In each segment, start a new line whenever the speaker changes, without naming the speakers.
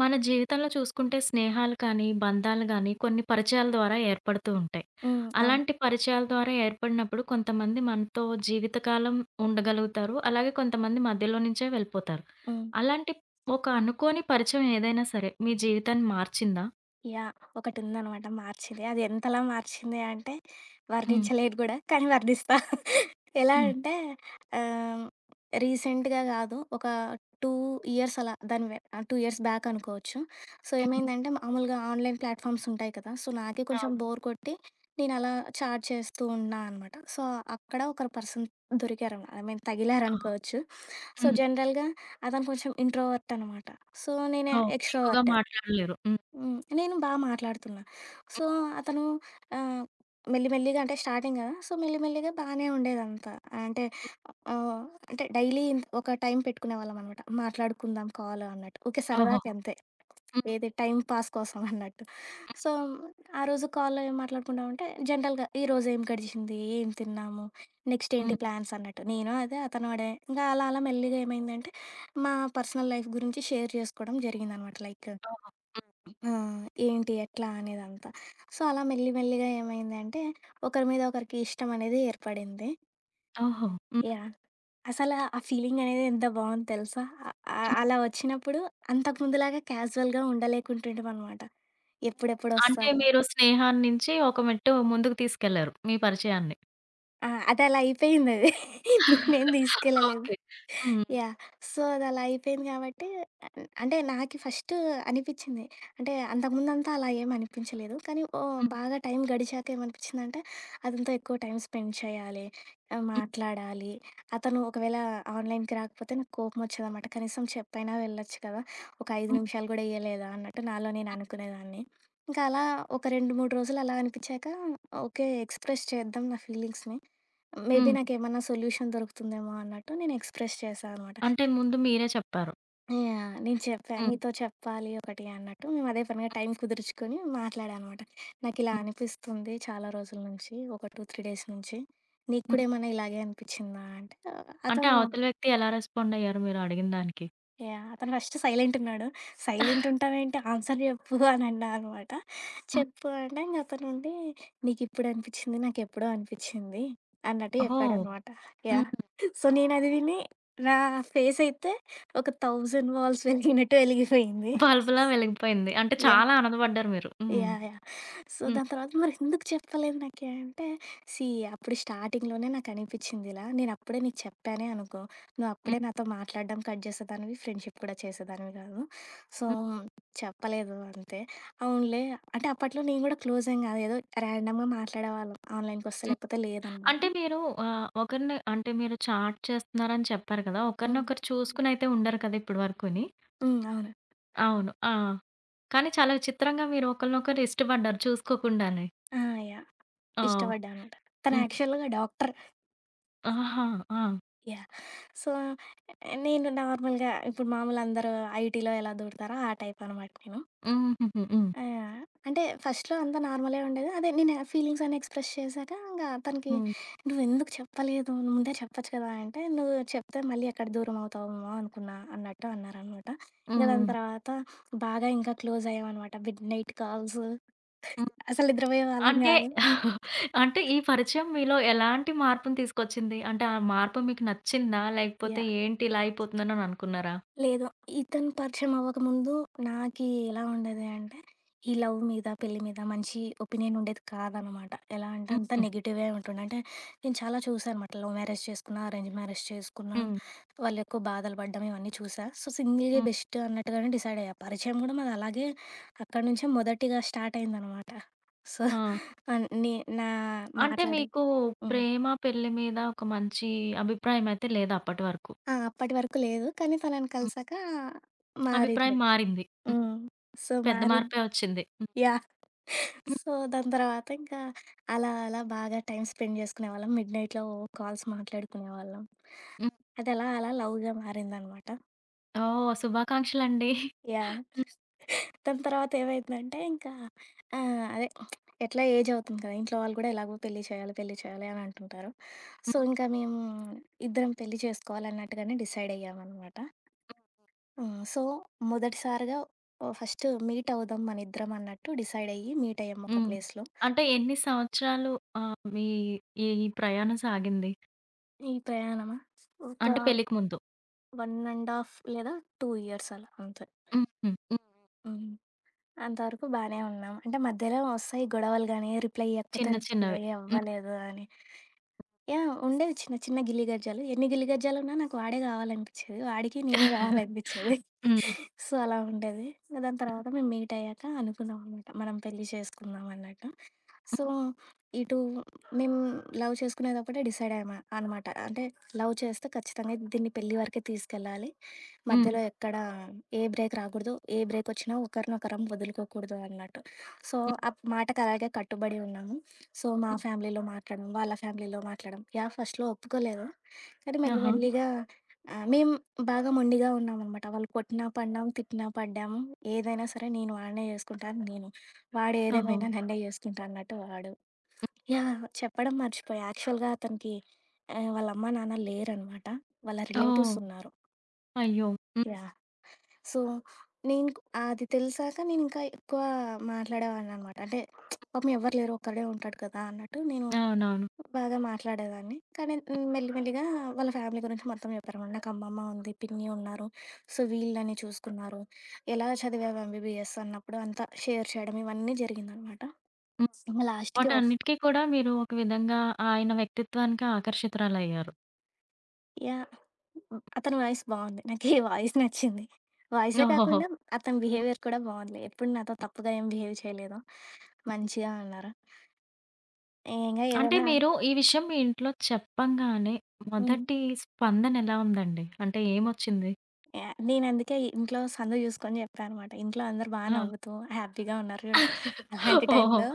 మన జీవితంలో చూసుకుంటే స్నేహాలు కానీ, బంధాలు గానీ కొన్ని పరిచయాల ద్వారా ఏర్పడుతూ ఉంటాయి.
హ్మ్. అవును.
అలాంటి పరిచయాల ద్వారా ఏర్పడినప్పుడు కొంతమంది మనతో జీవితకాలం ఉండగలుగుతారు. అలాగే కొంతమంది మధ్యలో నుంచే వెళ్ళిపోతారు.
హ్మ్.
అలాంటి ఒక అనుకోని పరిచయం ఏదైనా సరే మీ జీవితాన్ని మార్చిందా?
యాహ్! ఒకటుందనమాట మార్చింది. అది ఎంతలా మార్చింది అంటే
హ్మ్.
వర్ణించలేను గూడా. కానీ వర్ణిస్తా. ఎలా
హ్మ్.
అంటే ఆహ్, రీసెంట్‌గా గాదు. ఒక 2 ఇయర్స్ అలా దాని వె 2 ఇయర్స్ బ్యాక్ అనుకోవచ్చు. సో,
హ్మ్.
ఏమైందంటే మామూలుగా ఆన్‌లైన్ ప్లాట్‌ఫార్మ్స్ ఉంటాయి కదా! సో, నాకే కొంచెం
అవును.
బోర్ కొట్టి నేనలా చాట్ చేస్తూ ఉన్నా అనమాట. సో, అక్కడ ఒక పర్సన్ దొరికారనమాట. ఐ మీన్
ఆహా!
తగిలారనుకోవచ్చు. సో,
హ్మ్.
జనరల్‌గా అతను కొంచెం ఇంట్రోవర్ట్ అనమాట. సో, నేను
ఓహ్! ఎక్కువగా
ఎక్స్‌ట్రోవర్ట్.
మాట్లాడలేరు. హ్మ్.
హ్మ్. నేను బా మాట్లాడుతున్నా. సో,
హ్మ్.
అతను ఆహ్, మెల్లి మెల్లిగా అంటే స్టార్టింగ్ గదా! సో, మెల్లి మెల్లిగా బానే ఉండేదంతా. అంటే ఆహ్, అంటే డైలీ ఒక టైం పెట్టుకునేవాళ్ళమనమాట. మాట్లాడుకుందాం కాల్ అన్నట్టు. ఊకే
ఓహోహో!
సరదాకి అంతే.
హ్మ్.
ఏది టైమ్ పాస్ కోసం అన్నట్టు. సో, ఆ రోజు కాల్‌లో ఏం మాట్లాడుకున్నామంటే జనరల్‌గా ఈ రోజు ఏం గడిచింది? ఏం తిన్నాము? నెక్స్ట్
హ్మ్.
ఏంటి ప్లాన్స్ అన్నట్టు. నేను అదే, అతను అదే. ఇంకా అలా అలా మెల్లిగా ఏమైందంటే, మా పర్సనల్ లైఫ్ గురించి షేర్ చేసుకోవడం జరిగిందనమాట. లైక్
ఓహో! హ్మ్.
ఆ! ఏంటి? ఎట్లా? అనేదంతా. సో, అలా మెల్లి మెల్లిగా ఏమైందంటే, ఒకరి మీద ఒకరికి ఇష్టం అనేది ఏర్పడింది.
ఓహో! హ్మ్.
యాహ్! అసల ఆ ఫీలింగ్ అనేది ఎంత బావుంది తెలుసా? ఆహ్, ఆహ్,
హ్మ్.
అలా వచ్చినప్పుడు అంతకు ముందులాగా క్యాజువల్‌గా ఉండలేకుంటుంటిమనమాట.
అంటే
ఎప్పుడెప్పుడొస్తారు
మీరు స్నేహాన్నించి ఒక మెట్టు ముందుకు తీసుకెళ్లారు మీ పరిచయాన్ని.
ఆ! అది అలా అయిపోయిందది. నేనేం తీసుకెళ్ళలేదు.
ఓకే. హ్మ్.
యాహ్! సో, అదలా అయిపోయింది గాబట్టి అంటే నాకి ఫస్ట్ అనిపిచ్చింది. అంటే అంతకుముందంతా అలా ఏం అనిపించలేదు. కానీ ఓహ్!
హ్మ్.
బాగా టైం గడిచాక ఏమనిపిచ్చిందంటే అతనితో ఎక్కువ టైం స్పెండ్ చేయాలి,
హ్మ్.
మాట్లాడాలి. అతను ఒకవేళ ఆన్‌లైన్‌కి రాకపోతే నాకు కోపమొచ్చేదనమాట. కనీసం చెప్పైనా వెళ్ళొచ్చు కదా! ఒక 5
హ్మ్.
నిమిషాలు గూడా ఇయ్యలేదా అన్నట్టు నాలో నేను అనుకునేదాన్ని. ఇంకా అలా ఒక 2, 3 రోజులు అలా అనిపిచ్చాక ఓకే. ఎక్స్‌ప్రెస్ చేద్దాం నా ఫీలింగ్స్‌ని. మేబీ
హ్మ్.
నాకేమన్నా సొల్యూషన్ దొరుకుతుందేమో అన్నట్టు నేను ఎక్స్‌ప్రెస్ చేశా అనమాట.
అంటే ముందు మీరే చెప్పారు.
యాహ్! నేను చెప్పా.
హ్మ్.
నీతో చెప్పాలి ఒకటి అన్నట్టు మేము అదే పనిగా టైం కుదుర్చుకొని మాట్లాడా అనమాట. నాకిలా
హ్మ్.
అనిపిస్తుంది చాలా రోజుల నుంచి. ఒక 2, 3 డేస్ నుంచి. నీకు
హ్మ్.
కూడా ఏమన్నా ఇలాగే అనిపిచ్చిందా అంటే
అంటే
అతను
అవతల వ్యక్తి ఎలా రెస్పాండ్ అయ్యారు మీరు అడిగిన దానికి?
యాహ్! అతను ఫస్ట్ సైలెంటున్నాడు. సైలెంటుంటావేంటి ఆన్సర్ చెప్పు అని అన్నా అనమాట.
హ్మ్.
చెప్పు అంటే ఇంక అతనుండి నీకిప్పుడు అనిపిచ్చింది, నాకెప్పుడో అనిపిచ్చింది అన్నట్టు
ఓహ్!
చెప్పాడనమాట. యాహ్!
హ్మ్.
సో, నేనది విని నా ఫేసయితే ఒక 1000 వాల్స్ వెలిగినట్టు వెలిగిపోయింది.
బల్బులా వెలిగిపోయింది. అంటే
యాహ్!
చాలా ఆనందపడ్డారు మీరు. హ్మ్.
యాహ్! యాహ్! సో,
హ్మ్.
దాని తర్వాత మరెందుకు చెప్పలేదు నాకి అంటే, సీ అప్పుడు స్టార్టింగ్‌లోనే నాకనిపిచ్చింది ఇలా. నేనప్పుడే నీకు చెప్పానే అనుకో,
హ్మ్.
నువ్వప్పుడే నాతో మాట్లాడడం కట్ చేసేదానివి, ఫ్రెండ్‌షిప్ కూడా చేసేదానివి కాదు. సో,
హ్మ్.
చెప్పలేదు అంతే. అవునులే అంటే, అప్పట్లో నేను కూడా క్లోజేం కాదు. ఏదో ర్యాండమ్‌గా మాట్లాడేవాళ్ళం ఆన్‌లైన్‌కొస్తే,
హ్మ్.
లేకపోతే లేదనమాట.
అంటే మీరు ఒకరిని అంటే మీరు చాట్ చేస్తున్నారని చెప్పారు కదా!
హ్మ్.
ఒకరినొకరు చూసుకునైతే ఉండరు కదా! ఇప్పటి వరకుని.
హ్మ్. అవును.
అవును. ఆ! కానీ చాలా విచిత్రంగా మీరు ఒకళ్ళనొకరు ఇష్టపడ్డారు చూసుకోకుండానే.
ఆ! యాహ్!
ఆ!
ఇష్టపడ్డా అనమాట. తను
హ్మ్.
యాక్చువల్‌గా డాక్టర్.
ఆహా! ఆ!
యాహ్! సో, నేను నార్మల్‌గా ఇప్పుడు మామూలు అందరూ ఐటీలో ఎలా దూరుతారో ఆ టైప్ అనమాట నేను.
హుహుహు. హ్మ్.
ఆహ్, అంటే ఫస్ట్‌లో అంతా నార్మలే ఉండేది. అదే నేను ఫీలింగ్స్ అన్నీ ఎక్స్‌ప్రెస్ చేశాక ఇంగా తనకి
హ్మ్.
"నువ్వెందుకు చెప్పలేదు? నువ్వు ముందే చెప్పొచ్చు కదా!" అంటే, "నువ్వు చెప్తే మళ్ళీ ఎక్కడ దూరం అవుతావేమో అనుకున్నా" అన్నట్టు అన్నారనమాట. ఇంక దాని
హ్మ్.
తర్వాత బాగా ఇంకా క్లోజ్ అయ్యామనమాట. Midnight calls.
హ్మ్.
అసలు నిద్రపోయేవాళ్ళం
అంటే
కాదు.
అంటే ఈ పరిచయం మీలో ఎలాంటి మార్పుని తీసుకొచ్చింది? అంటే ఆ మార్పు మీకు నచ్చిందా? లేకపోతే
యాహ్!
ఏంటి ఇలా అయిపోతున్నానని అనుకున్నారా?
లేదు. ఇతను పరిచయం అవ్వకముందు నాకీ ఎలా ఉండేది అంటే, ఈ లవ్ మీద, పెళ్లి మీద మంచి ఒపీనియన్ ఉండేది కాదనమాట. ఎలా అంటే అంతా
హుహు.
నెగెటివే ఉంటుండే. అంటే నేను చాలా చూసా అనమాట. లవ్ మ్యారేజ్ చేసుకున్నా, అరేంజ్ మ్యారేజ్ చేసుకున్నా,
హ్మ్.
వాళ్ళు ఎక్కువ బాధలు పడ్డం ఇవన్నీ చూసా. సో, సింగిలే
హ్మ్.
బెస్ట్ అన్నట్టుగానే డిసైడ్ అయ్యా. పరిచయం కూడా మాది అలాగే అక్కడి నుంచే మొదటిగా స్టార్ట్ అయిందనమాట. సో,
ఆ!
అన్ నే నా
అంటే
మాట్లాడే
మీకు
హ్మ్.
ప్రేమ, పెళ్లి మీద ఒక మంచి అభిప్రాయం అయితే లేదు అప్పటి వరకు.
ఆ! అప్పటి వరకు లేదు. కానీ తనని
హ్మ్.
కలిసాక
అభిప్రాయం
మారింది.
మారింది. హ్మ్.
హ్మ్. సో,
పెద్ద మార్పే వచ్చింది. హ్మ్.
యాహ్!
హ్మ్.
సో, దాని తర్వాత ఇంకా అలా అలా బాగా టైమ్ స్పెండ్ చేసుకునేవాళ్ళం. మిడ్‌నైట్‌లో కాల్స్ మాట్లాడుకునేవాళ్ళం.
హ్మ్.
అదలా అలా లవ్‌గా మారిందనమాట.
ఓహ్! శుభాకాంక్షలండి.
యాహ్!
హ్మ్.
దాని తర్వాత ఏమైందంటే ఇంకా అదే ఎట్లా ఏజ్ అవుతుంది కదా! ఇంట్లో వాళ్ళు కూడా ఎలాగో పెళ్లి చేయాలి, పెళ్లి చేయాలి అని అంటుంటారు.
హ్మ్.
సో, ఇంకా మేము ఇద్దరం పెళ్లి చేసుకోవాలన్నట్టుగానే డిసైడ్ అయ్యామనమాట.
హ్మ్.
హ్మ్. సో, మొదటిసారిగా ఓ ఫస్ట్ మీట్ అవుదాం మనిద్దరం అన్నట్టు డిసైడ్ అయ్యి మీట్ అయ్యాం ఒక
హ్మ్.
ప్లేస్‌లో.
అంటే ఎన్ని సంవత్సరాలు మీ ఈ ప్రయాణం సాగింది?
ఈ ప్రయాణమా? ఒక
అంటే పెళ్ళికి ముందు.
1½ లేదా 2 ఇయర్స్ అలా అంతే.
హ్మ్. హ్మ్. హ్మ్.
హ్మ్. అంతవరకు బానే ఉన్నాం. అంటే మధ్యలో వస్తాయి గొడవలు గానీ, రిప్లై ఇయ్యకపోతే
చిన్న చిన్నవి.
రిప్లై
హ్మ్.
ఇవ్వలేదు అని. యాహ్! ఉండేవి చిన్న చిన్న గిల్లి గజ్జాలు. ఎన్ని గిల్లి గజ్జాలున్నా నాకు వాడే కావాలనిపిచ్చేది. వాడికి నేను కావాలనిపిచ్చేది.
హ్మ్.
సో, అలా ఉండేది. ఇంక దాని తర్వాత మేము మీట్ అయ్యాక అనుకున్నాం అనమాట. మనం పెళ్లి చేసుకుందాం అన్నట్టు.
హ్మ్.
సో, ఇటు మేము లవ్ చేసుకునేదప్పుడే డిసైడ్ అయ్యామ అనమాట. అంటే లవ్ చేస్తే ఖచ్చితంగా దీన్ని పెళ్లి వరకే తీసుకెళ్ళాలి.
హ్మ్.
మధ్యలో హ్మ్. ఎక్కడ ఏ బ్రేక్ రాకూడదు. ఏ బ్రేక్ వచ్చినా ఒకరినొకరం వదులుకోకూడదు అన్నట్టు. సో,
హ్మ్.
ఆ మాటకు అలాగే కట్టుబడి ఉన్నాము. సో, మా
హ్మ్.
ఫ్యామిలీలో మాట్లాడడం, వాళ్ళ ఫ్యామిలీలో మాట్లాడడం. యాహ్! ఫస్ట్‌లో ఒప్పుకోలేదు. కానీ మెల్లి హ్మ్.
ఆహా!
మెల్లిగా మేము బాగా మొండిగా ఉన్నామనమాట. వాళ్ళు కొట్టినా పడినాం, తిట్టినా పడ్డాము. ఏదైనా సరే నేను వాడినే చేసుకుంటాను నేను. వాడు
ఓహో!
ఏదేమైనా హ్మ్. నన్నే చేసుకుంటా అన్నట్టు వాడు. యాహ్! చెప్పడం మర్చిపోయా. యాక్చువల్‌గా అతనికి వాళ్ళ అమ్మా, నాన్న లేరనమాట. వాళ్ళ రిలేటివ్స్
ఓహ్!
ఉన్నారు.
అయ్యో! హ్మ్.
యాహ్! సో, అది తెలిసాక నేనింకా ఎక్కువ మాట్లాడేవాడిననమాట. అంటే పాపం ఎవ్వరు లేరు ఒక్కడే ఉంటాడు కదా! అన్నట్టు నేను
అవునవును.
బాగా మాట్లాడేదాన్ని. కానీ హ్మ్, మెల్లిమెల్లిగా వాళ్ళ ఫ్యామిలీ గురించి మొత్తం చెప్పారనమాట. నాకు అమ్మమ్మ ఉంది, పిన్ని ఉన్నారు. సో, వీళ్ళని చూసుకున్నారు. ఎలా చదివావు ఎంబీబీఎస్ అన్నప్పుడు అంతా షేర్ చేయడం ఇవన్నీ జరిగిందనమాట.
హ్మ్.
ఇంగ లాస్ట్‌కి ఒ
వాటన్నిటికి కూడా మీరు ఒక విధంగా ఆయన వ్యక్తిత్వానికి ఆకర్షితురాలయ్యారు.
యాహ్! అతని వాయిస్ బావుంది. నాకు ఈ వాయిస్ నచ్చింది. వాయిసే
ఓహోహో!
కాకుండా అతని
హ్మ్.
బిహేవియర్ కూడా బావుందిలే. ఎప్పుడు నాతో తప్పుగా ఏం బిహేవ్ చేయలేదు. మంచిగా అన్నారు. ఇంగ
అంటే
ఏదైనా
మీరు ఈ విషయం మీ ఇంట్లో చెప్పంగానే
హ్మ్.
మొదటి స్పందన ఎలా ఉందండి? అంటే ఏమొచ్చింది?
యాహ్! నేనందుకే ఇంట్లో సందు చూసుకొని చెప్పా అనమాట. ఇంట్లో అందరూ బా
ఆ!
నవ్వుతూ, హ్యాపీగా ఉన్నారు చూడు. అలాంటి
ఓహో!
టైంలో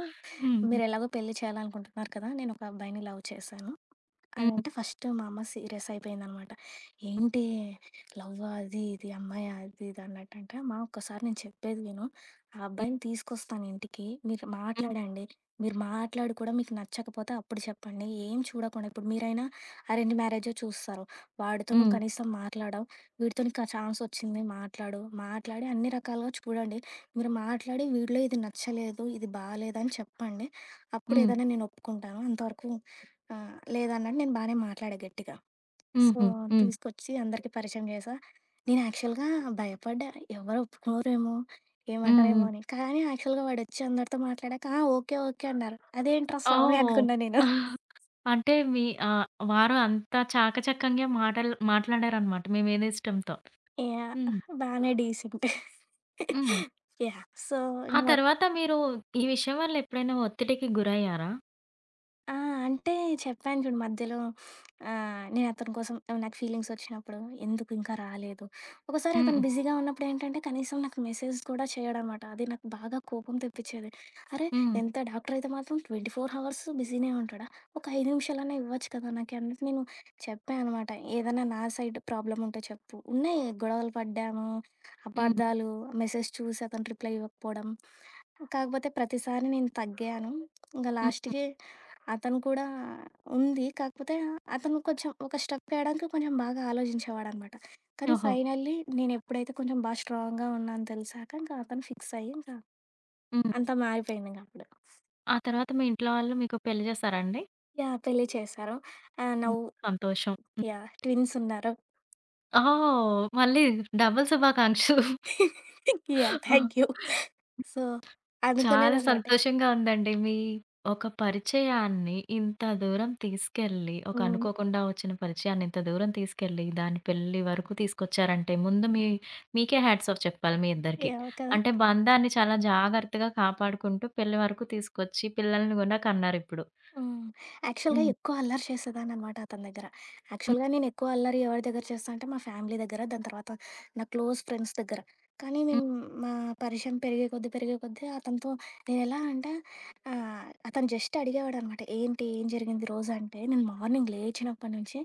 హ్మ్.
మీరెలాగో పెళ్లి చేయాలనుకుంటున్నారు కదా! నేనొక అబ్బాయిని లవ్ చేశాను. అని
హ్మ్.
అంటే ఫస్ట్ మా అమ్మ సీరియస్ అయిపోయిందనమాట.
హ్మ్.
"ఏంటి లవ్వా? అది ఇది అమ్మాయా? అది ఇది" అన్నట్టంటే, "అమ్మా ఒక్కసారి నేను చెప్పేది విను. ఆ
హ్మ్.
అబ్బాయిని తీసుకొస్తాను ఇంటికి. మీరు
హ్మ్.
మాట్లాడండి. మీరు మాట్లాడి కూడా మీకు నచ్చకపోతే అప్పుడు చెప్పండి. ఏం చూడకుండా ఇప్పుడు మీరైనా అరేంజ్ మ్యారేజే చూస్తారు. వాడితో నువ్వు
హ్మ్.
కనీసం మాట్లాడవు. వీడితో నీకా ఛాన్స్ వచ్చింది మాట్లాడు. మాట్లాడి అన్ని రకాలుగా చూడండి. మీరు మాట్లాడి వీడిలో ఇది నచ్చలేదు, ఇది బాలేదు అని చెప్పండి. అప్పుడు
హ్మ్.
ఏదైనా నేను ఒప్పుకుంటాను. అంతవరకు." ఆ! లేదన్నట్టు నేను బానే మాట్లాడా గట్టిగా. సో,
హుహు. హ్మ్.
తీసుకొచ్చి అందరికీ పరిచయం చేశా. నేను యాక్చువల్‌గా భయపడ్డా ఎవరు ఒప్పుకోరేమో,
హ్మ్.
ఏమంటారేమో అని. కానీ యాక్చువల్‌గా వాడొచ్చి అందరితో మాట్లాడాక ఆ! ఓకే. ఓకే. అన్నారు. అదేంట్రా స్వామి
ఓహ్!
అనుకున్నా నేను.
అంటే మీ వారు అంత చాకచక్యంగా మాటలు మాట్లాడారనమాట మీ మేనేస్టంతో.
యాహ్!
హ్మ్.
బానే డీసెంట్.
హ్మ్.
యాహ్! సో,
ఆ
ఇంక మొ
తర్వాత మీరు ఈ విషయం వల్ల ఎప్పుడైనా ఒత్తిడికి గురయ్యారా?
ఆ! అంటే చెప్పాను చూడు మధ్యలో నేను అతని కోసం నాకు ఫీలింగ్స్ వచ్చినప్పుడు ఎందుకు ఇంకా రాలేదు. ఒకసారి అతను
హ్మ్.
బిజీగా ఉన్నప్పుడు ఏంటంటే కనీసం నాకు మెసేజ్ కూడా చేయడనమాట. అది నాకు బాగా కోపం తెప్పించేది. అరే!
హ్మ్.
ఎంత డాక్టర్ అయితే మాత్రం 24 హవర్స్ బిజీనే ఉంటాడా? ఒక 5 నిమిషాలన్నా ఇవ్వచ్చు కదా! నాకు అన్నట్టు నేను చెప్పాను అనమాట. ఏదైనా నా సైడ్ ప్రాబ్లమ్ ఉంటే చెప్పు. ఉన్నాయి గొడవలు పడ్డాము,
హ్మ్.
అపార్థాలు, మెసేజ్ చూసి అతను రిప్లై ఇవ్వకపోవడం. కాకపోతే ప్రతిసారి నేను తగ్గాను. ఇంక
హ్మ్.
లాస్ట్‌కి అతను కూడా ఉంది. కాకపోతే అతను కొంచెం ఒక స్టెప్ వేయడానికి కొంచెం బాగా ఆలోచించేవాడనమాట. కానీ
ఓహో!
ఫైనల్లీ నేనెప్పుడైతే కొంచెం బా స్ట్రాంగ్‌గా ఉన్నా అని తెలిసాక ఇంక అతను ఫిక్స్ అయ్యి ఇంకా
హ్మ్.
అంతా మారిపోయిందింక అప్పుడు.
ఆ తర్వాత మీ ఇంట్లో వాళ్ళు మీకు పెళ్లి చేసారా అండి?
యాహ్! పెళ్లి చేశారు. ఆహ్, నౌ
హ్మ్. సంతోషం. హ్మ్.
యాహ్! ట్విన్స్ ఉన్నారు.
ఓహ్! మళ్ళీ డబుల్ శుభాకాంక్షలు.
యాహ్! Thank you. సో,
చాలా
అనుకోలేదనమాట.
సంతోషంగా ఉందండి. మీ ఒక పరిచయాన్ని ఇంత దూరం తీసుకెళ్ళి, ఒక
హ్మ్.
అనుకోకుండా వచ్చిన పరిచయాన్ని ఇంత దూరం తీసుకెళ్ళి, దాని పెళ్లి వరకు తీసుకొచ్చారంటే ముందు మీ మీకే హ్యాట్స్ ఆఫ్ చెప్పాలి మీ ఇద్దరికీ.
యాహ్! కదా!
అంటే బంధాన్ని చాలా జాగ్రత్తగా కాపాడుకుంటూ పెళ్లి వరకు తీసుకొచ్చి పిల్లల్ని గూడా కన్నారిప్పుడు.
హ్మ్. యాక్చువల్‌గా
హ్మ్.
ఎక్కువ అల్లరి చేసేదాన్ననమాట అతని దగ్గర.
హ్మ్.
యాక్చువల్‌గా నేను ఎక్కువ అల్లరి ఎవరి దగ్గర చేస్తా అంటే మా ఫ్యామిలీ దగ్గర, దాని తర్వాత నా క్లోజ్ ఫ్రెండ్స్ దగ్గర. కానీ
హ్మ్.
మేము మా పరిచయం పెరిగే కొద్దీ, పెరిగే కొద్దీ అతనితో నేనెలా అంటే అతను జస్ట్ అడిగేవాడనమాట. "ఏంటి? ఏం జరిగింది రోజు?" అంటే నేను మార్నింగ్ లేచినప్పటి నుంచి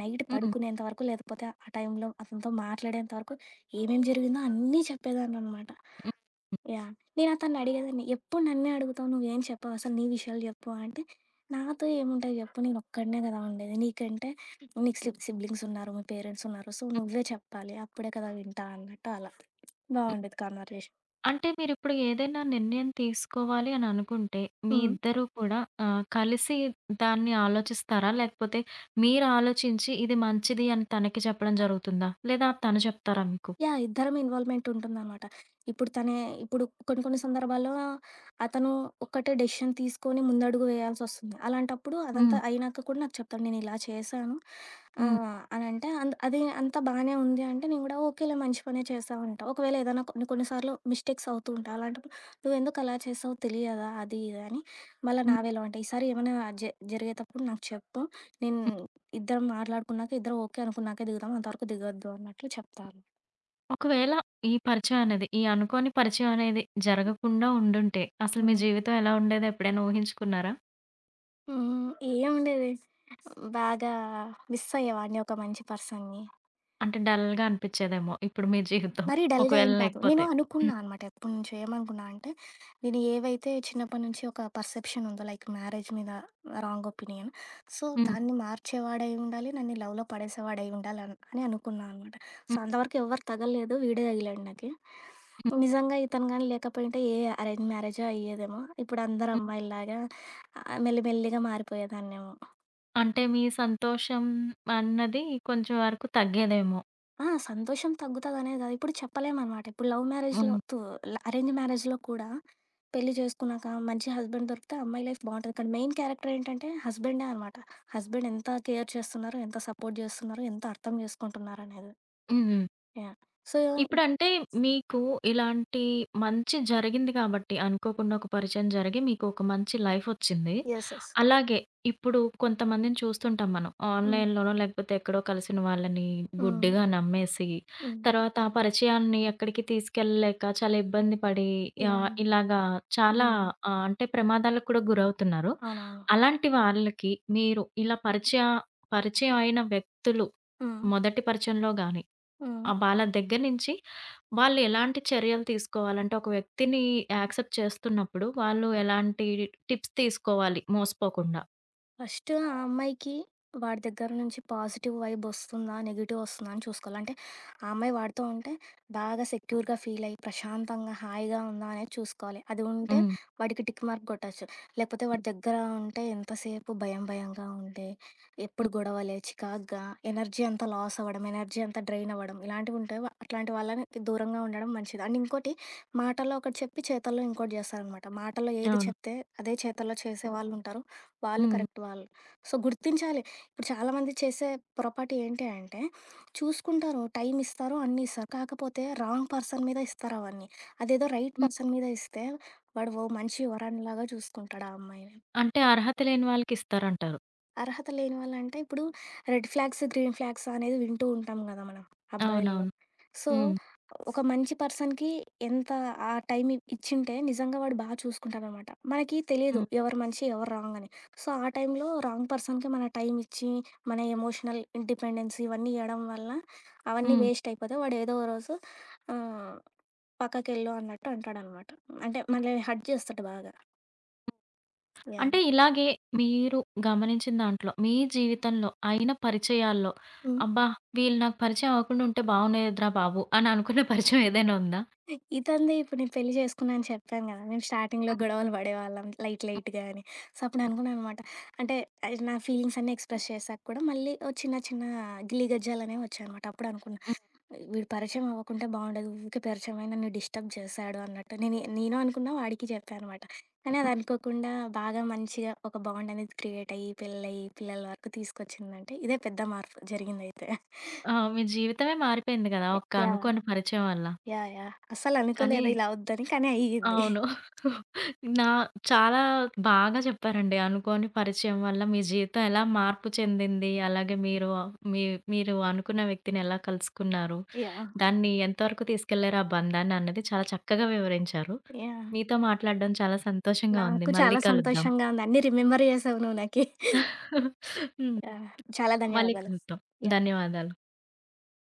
నైట్
హ్మ్.
పడుకునేంత వరకు, లేకపోతే ఆ టైంలో అతనితో మాట్లాడేంత వరకు ఏమేం జరిగిందో అన్నీ చెప్పేదాన్ననమాట. యాహ్! నేనతన్ని అడిగేదాన్ని. ఎప్పుడు నన్నే అడుగుతావు నువ్వేం చెప్పవు అసలు నీ విషయాలు చెప్పు అంటే, నాతో ఏముంటాయి చెప్పు నేనొక్కడినే కదా ఉండేది. నీకంటే నీకు సిబ్లింగ్స్ ఉన్నారు. మీ పేరెంట్స్ ఉన్నారు. సో,
హ్మ్.
నువ్వే చెప్పాలి. అప్పుడే కదా వింటా అన్నట్టు అలా. బావుండేది కన్వర్జేషన్.
అంటే మీరిప్పుడు ఏదైనా నిర్ణయం తీసుకోవాలి అని అనుకుంటే, మీ
హ్మ్.
ఇద్దరూ కూడా కలిసి దాన్ని ఆలోచిస్తారా? లేకపోతే మీరు ఆలోచించి ఇది మంచిది అని తనకి చెప్పడం జరుగుతుందా? లేదా తను చెప్తారా మీకు?
యాహ్! ఇద్దరం ఇన్వాల్వ్‌మెంట్ ఉంటుందనమాట. ఇప్పుడు తనే ఇప్పుడు కొన్ని కొన్ని సందర్భాల్లో అతను ఒక్కటే డెసిషన్ తీసుకొని ముందడుగు వేయాల్సొస్తుంది. అలాంటప్పుడు అదంతా
హ్మ్.
అయినాక కూడా నాకు చెప్తాడు. నేనిలా చేశాను
హ్మ్.
అనంటే అంత్ అది అంతా బానే ఉంది అంటే నేను గూడా ఓకేలే మంచి పనే చేశావు అంటా. ఒకవేళ ఏదైనా కొన్ని కొన్ని సార్లు మిస్టేక్స్ అవుతూ ఉంటాయి. అలాంటప్పుడు "నువ్వెందుకు అలా చేశావో తెలియదా?" అది ఇది అని మళ్ళా నా
హ్మ్.
వేలో అంటే "ఈసారి ఏమైనా జరిగేటప్పుడు నాకు చెప్పు. నేను
హ్మ్.
ఇద్దరం మాట్లాడుకున్నాక ఇద్దరం ఓకే అనుకున్నాకే దిగుదాం. అంతవరకు దిగొద్దు" అన్నట్లు చెప్తాను.
ఒకవేళ ఈ పరిచయం అనేది, ఈ అనుకోని పరిచయం అనేది జరగకుండా ఉండుంటే, అసలు మీ
హ్మ్.
జీవితం ఎలా ఉండేదో ఎప్పుడైనా ఊహించుకున్నారా?
హ్మ్. ఏముండేది. బాగా మిస్ అయ్యేవాడిని ఒక మంచి పర్సన్‌ని.
అంటే డల్‌గా అనిపిచ్చేదేమో ఇప్పుడు మీ జీవితం.
మరీ డల్‌గా
ఒకవేళ
ఏం కాదు. నేను
లేకపోతే.
అనుకున్నా
హ్మ్.
అనమాట ఎప్పటినుంచో. ఏమనుకున్నా అంటే, నేను ఏవైతే చిన్నప్పటి నుంచి ఒక పర్సెప్షన్ ఉందో లైక్ మ్యారేజ్ మీద రాంగ్ ఒపీనియన్. సో,
హ్మ్.
దాన్ని మార్చేవాడై ఉండాలి. నన్ను లవ్‌లో పడేసేవాడై ఉండాలి అని అనుకున్నా అనమాట. సో,
హ్మ్.
అంతవరకు ఎవ్వరు తగలలేదు. వీడే తగిలాడు నాకి.
హ్మ్.
నిజంగా ఇతను గాని లేకపోయింటే ఏ అరేంజ్ మ్యారేజో అయ్యేదేమో. ఇప్పుడు అందరు అమ్మాయిల్లాగా మెల్లి మెల్లిగా మారిపోయేదాన్నేమో.
అంటే మీ సంతోషం అన్నది కొంచెం వరకు తగ్గేదేమో.
ఆ! సంతోషం తగ్గుతదనే కాదు. ఇప్పుడు చెప్పలేమనమాట. ఇప్పుడు లవ్ మ్యారేజ్‌లో
హ్మ్.
తు అరేంజ్ మ్యారేజ్‌లో కూడా పెళ్లి చేసుకున్నాక మంచి హస్బెండ్ దొరికితే అమ్మాయి లైఫ్ బావుంటది. కానీ మెయిన్ క్యారెక్టర్ ఏంటంటే హస్బెండే అనమాట. హస్బెండ్ ఎంత కేర్ చేస్తున్నారు, ఎంత సపోర్ట్ చేస్తున్నారు, ఎంత అర్థం చేసుకుంటున్నారనేది.
హ్మ్.
యాహ్! సో
ఇప్పుడంటే మీకు ఇలాంటి మంచి జరిగింది కాబట్టి, అనుకోకుండా ఒక పరిచయం జరిగి మీకు ఒక మంచి లైఫొచ్చింది.
యెస్. యెస్.
అలాగే ఇప్పుడు కొంతమందిని చూస్తుంటాం మనం.
హ్మ్.
ఆన్‌లైన్‌లోనో లేకపోతే ఎక్కడో కలిసిన వాళ్ళని
హ్మ్.
గుడ్డిగా నమ్మేసి,
హ్మ్.
తర్వాత ఆ పరిచయాన్ని ఎక్కడికి తీసుకెళ్ళలేక చాలా ఇబ్బంది పడి ఆహ్,
యాహ్!
ఇలాగా చాలా
హ్మ్.
ఆహ్, అంటే ప్రమాదాలకు కూడా గురవుతున్నారు.
అవునవును.
అలాంటి వాళ్ళకి మీరు ఇలా పరిచయ పరిచయం అయిన వ్యక్తులు
హ్మ్.
మొదటి పరిచయంలో గాని,
హ్మ్.
ఆ! వాళ్ళ దగ్గర నుంచి వాళ్ళు ఎలాంటి చర్యలు తీసుకోవాలంటే, ఒక వ్యక్తిని యాక్సెప్ట్ చేస్తున్నప్పుడు వాళ్ళు ఎలాంటి టిప్స్ తీసుకోవాలి మోసపోకుండా?
ఫస్ట్ ఆ అమ్మాయికి వాడి దగ్గర నుంచి పాజిటివ్ వైబ్ ఒస్తుందా? నెగెటివ్ ఒస్తుందా? అని చూసుకోవాలి. అంటే ఆ అమ్మాయి వాడితో ఉంటే బాగా సెక్యూర్‌గా ఫీల్ అయ్యి, ప్రశాంతంగా, హాయిగా ఉందా అనేది చూసుకోవాలి. అది ఉంటే
హ్మ్.
వాడికి టిక్ మార్క్ గొట్టొచ్చు. లేకపోతే వాడి దగ్గర ఉంటే ఎంతసేపు భయం భయంగా ఉండి, ఎప్పుడు
హ్మ్.
గొడవలే, చికాకుగా, ఎనర్జీ అంతా లాస్ అవ్వడం, ఎనర్జీ అంతా డ్రైన్ అవ్వడం ఇలాంటివి ఉంటే అట్లాంటి వాళ్ళకి దూరంగా ఉండడం మంచిది. అండ్ ఇంకోటి మాటల్లో ఒకటి చెప్పి చేతల్లో ఇంకోటి జేస్తారనమాట. మాటల్లో ఏది
అవును.
చెప్తే అదే చేతల్లో చేసేవాళ్ళుంటారు. వాళ్ళు
హ్మ్.
కరెక్ట్ వాళ్ళు. సో, గుర్తించాలి. ఇప్పుడు చాలామంది చేసే పొరపాటు ఏంటి అంటే, చూసుకుంటారు, టైం ఇస్తారు, అన్నీ ఇస్తారు. కాకపోతే రాంగ్ పర్సన్ మీద ఇస్తారు అవన్నీ. అదేదో రైట్
హ్మ్.
పర్సన్ మీద ఇస్తే వాడు ఓ మంచి వరన్‌లాగా చూసుకుంటాడు ఆ అమ్మాయిని.
అంటే అర్హత లేని వాళ్ళకిస్తారంటారు.
అర్హత లేని వాళ్ళంటే ఇప్పుడు రెడ్ ఫ్లాగ్స్, గ్రీన్ ఫ్లాగ్స్ అనేది వింటూ ఉంటాం గదా మనం అబ్బాయిల్లో.
అవునవును.
సో,
హ్మ్.
ఒక మంచి పర్సన్‌కి ఎంత ఆ టైం ఇచ్చింటే నిజంగా వాడు బా చూసుకుంటాడనమాట. మనకి తెలీదు
హ్మ్.
ఎవరు మంచి, ఎవరు రాంగ్ అని. సో, ఆ టైంలో రాంగ్ పర్సన్‌కి మన టైం ఇచ్చి, మన ఎమోషనల్ డిపెండెన్స్ ఇవన్నీ ఇయ్యడం వల్ల అవన్నీ
హ్మ్.
వేస్ట్ అయిపోతాయి. వాడు ఏదో ఓ రోజు ఆహ్, "పక్కకెళ్ళు" అన్నట్టు అంటాడనమాట. అంటే
హ్మ్.
మనల్ని హర్ట్ చేస్తాడు బాగా. యాహ్!
అంటే ఇలాగే మీరు గమనించిన దాంట్లో, మీ జీవితంలో అయిన పరిచయాల్లో,
హ్మ్.
అబ్బా! వీళ్ళు నాకు పరిచయం అవ్వకుండా ఉంటే బాగుండేదిరా బాబు అని అనుకున్న పరిచయం ఏదైనా ఉందా?
ఇదండి ఇప్పుడు నేను పెళ్లి చేసుకున్నా అని చెప్పాను కదా! మేము స్టార్టింగ్‌లో
హ్మ్.
గొడవలు పడేవాళ్ళం లైట్ లైట్‌గా అని. సో, అప్పుడు అనుకున్నాననమాట అంటే అది నా ఫీలింగ్స్ అన్నీ ఎక్స్‌ప్రెస్ చేశాక కూడా మళ్ళీ ఓ చిన్న చిన్న గిల్లి గజ్జాలనేవి వచ్చాయనమాట. అప్పుడు అనుకున్నా
హ్మ్.
వీడు పరిచయం అవ్వకుంటే బావుండేది. ఊకే పరిచయం అయ్యి నన్ను డిస్టర్బ్ చేశాడు అన్నట్టు. నేను నేను అనుకున్నా వాడికి చెప్పా అనమాట. కానీ అది అనుకోకుండా బాగా మంచిగా ఒక బాండ్ అనేది క్రియేట్ అయ్యి, పెళ్లయ్యి, పిల్లల వరకు తీసుకొచ్చిందంటే ఇదే పెద్ద మార్పు జరిగిందైతే.
ఆ! మీ జీవితమే మారిపోయింది కదా! ఒక్క
యాహ్!
అనుకోని పరిచయం వల్ల.
యాహ్! యాహ్!
కానీ
అస్సలనుకోలేదు ఇలా అవుద్దని కానీ అయ్యింది.
అవును. నా చాలా బాగా చెప్పారండి. అనుకోని పరిచయం వల్ల మీ జీవితం ఎలా మార్పు చెందింది? అలాగే మీరు మీ మీరు అనుకున్న వ్యక్తిని ఎలా కలుసుకున్నారు?
యాహ్!
దాన్ని ఎంతవరకు తీసుకెళ్లారు ఆ బంధాన్ని అన్నది చాలా చక్కగా వివరించారు.
యాహ్!
మీతో మాట్లాడడం చాలా సంతోషంగా ఉంది.
నాకు
మళ్ళీ
చాలా
కలుద్దాం.
సంతోషంగా ఉంది. అన్నీ రిమెంబర్ చేసావు నువ్వు నాకి.
హ్మ్.
యాహ్! చాలా
మళ్ళీ
ధన్యవాదాలు.
కలుద్దాం.
యాహ్!
ధన్యవాదాలు.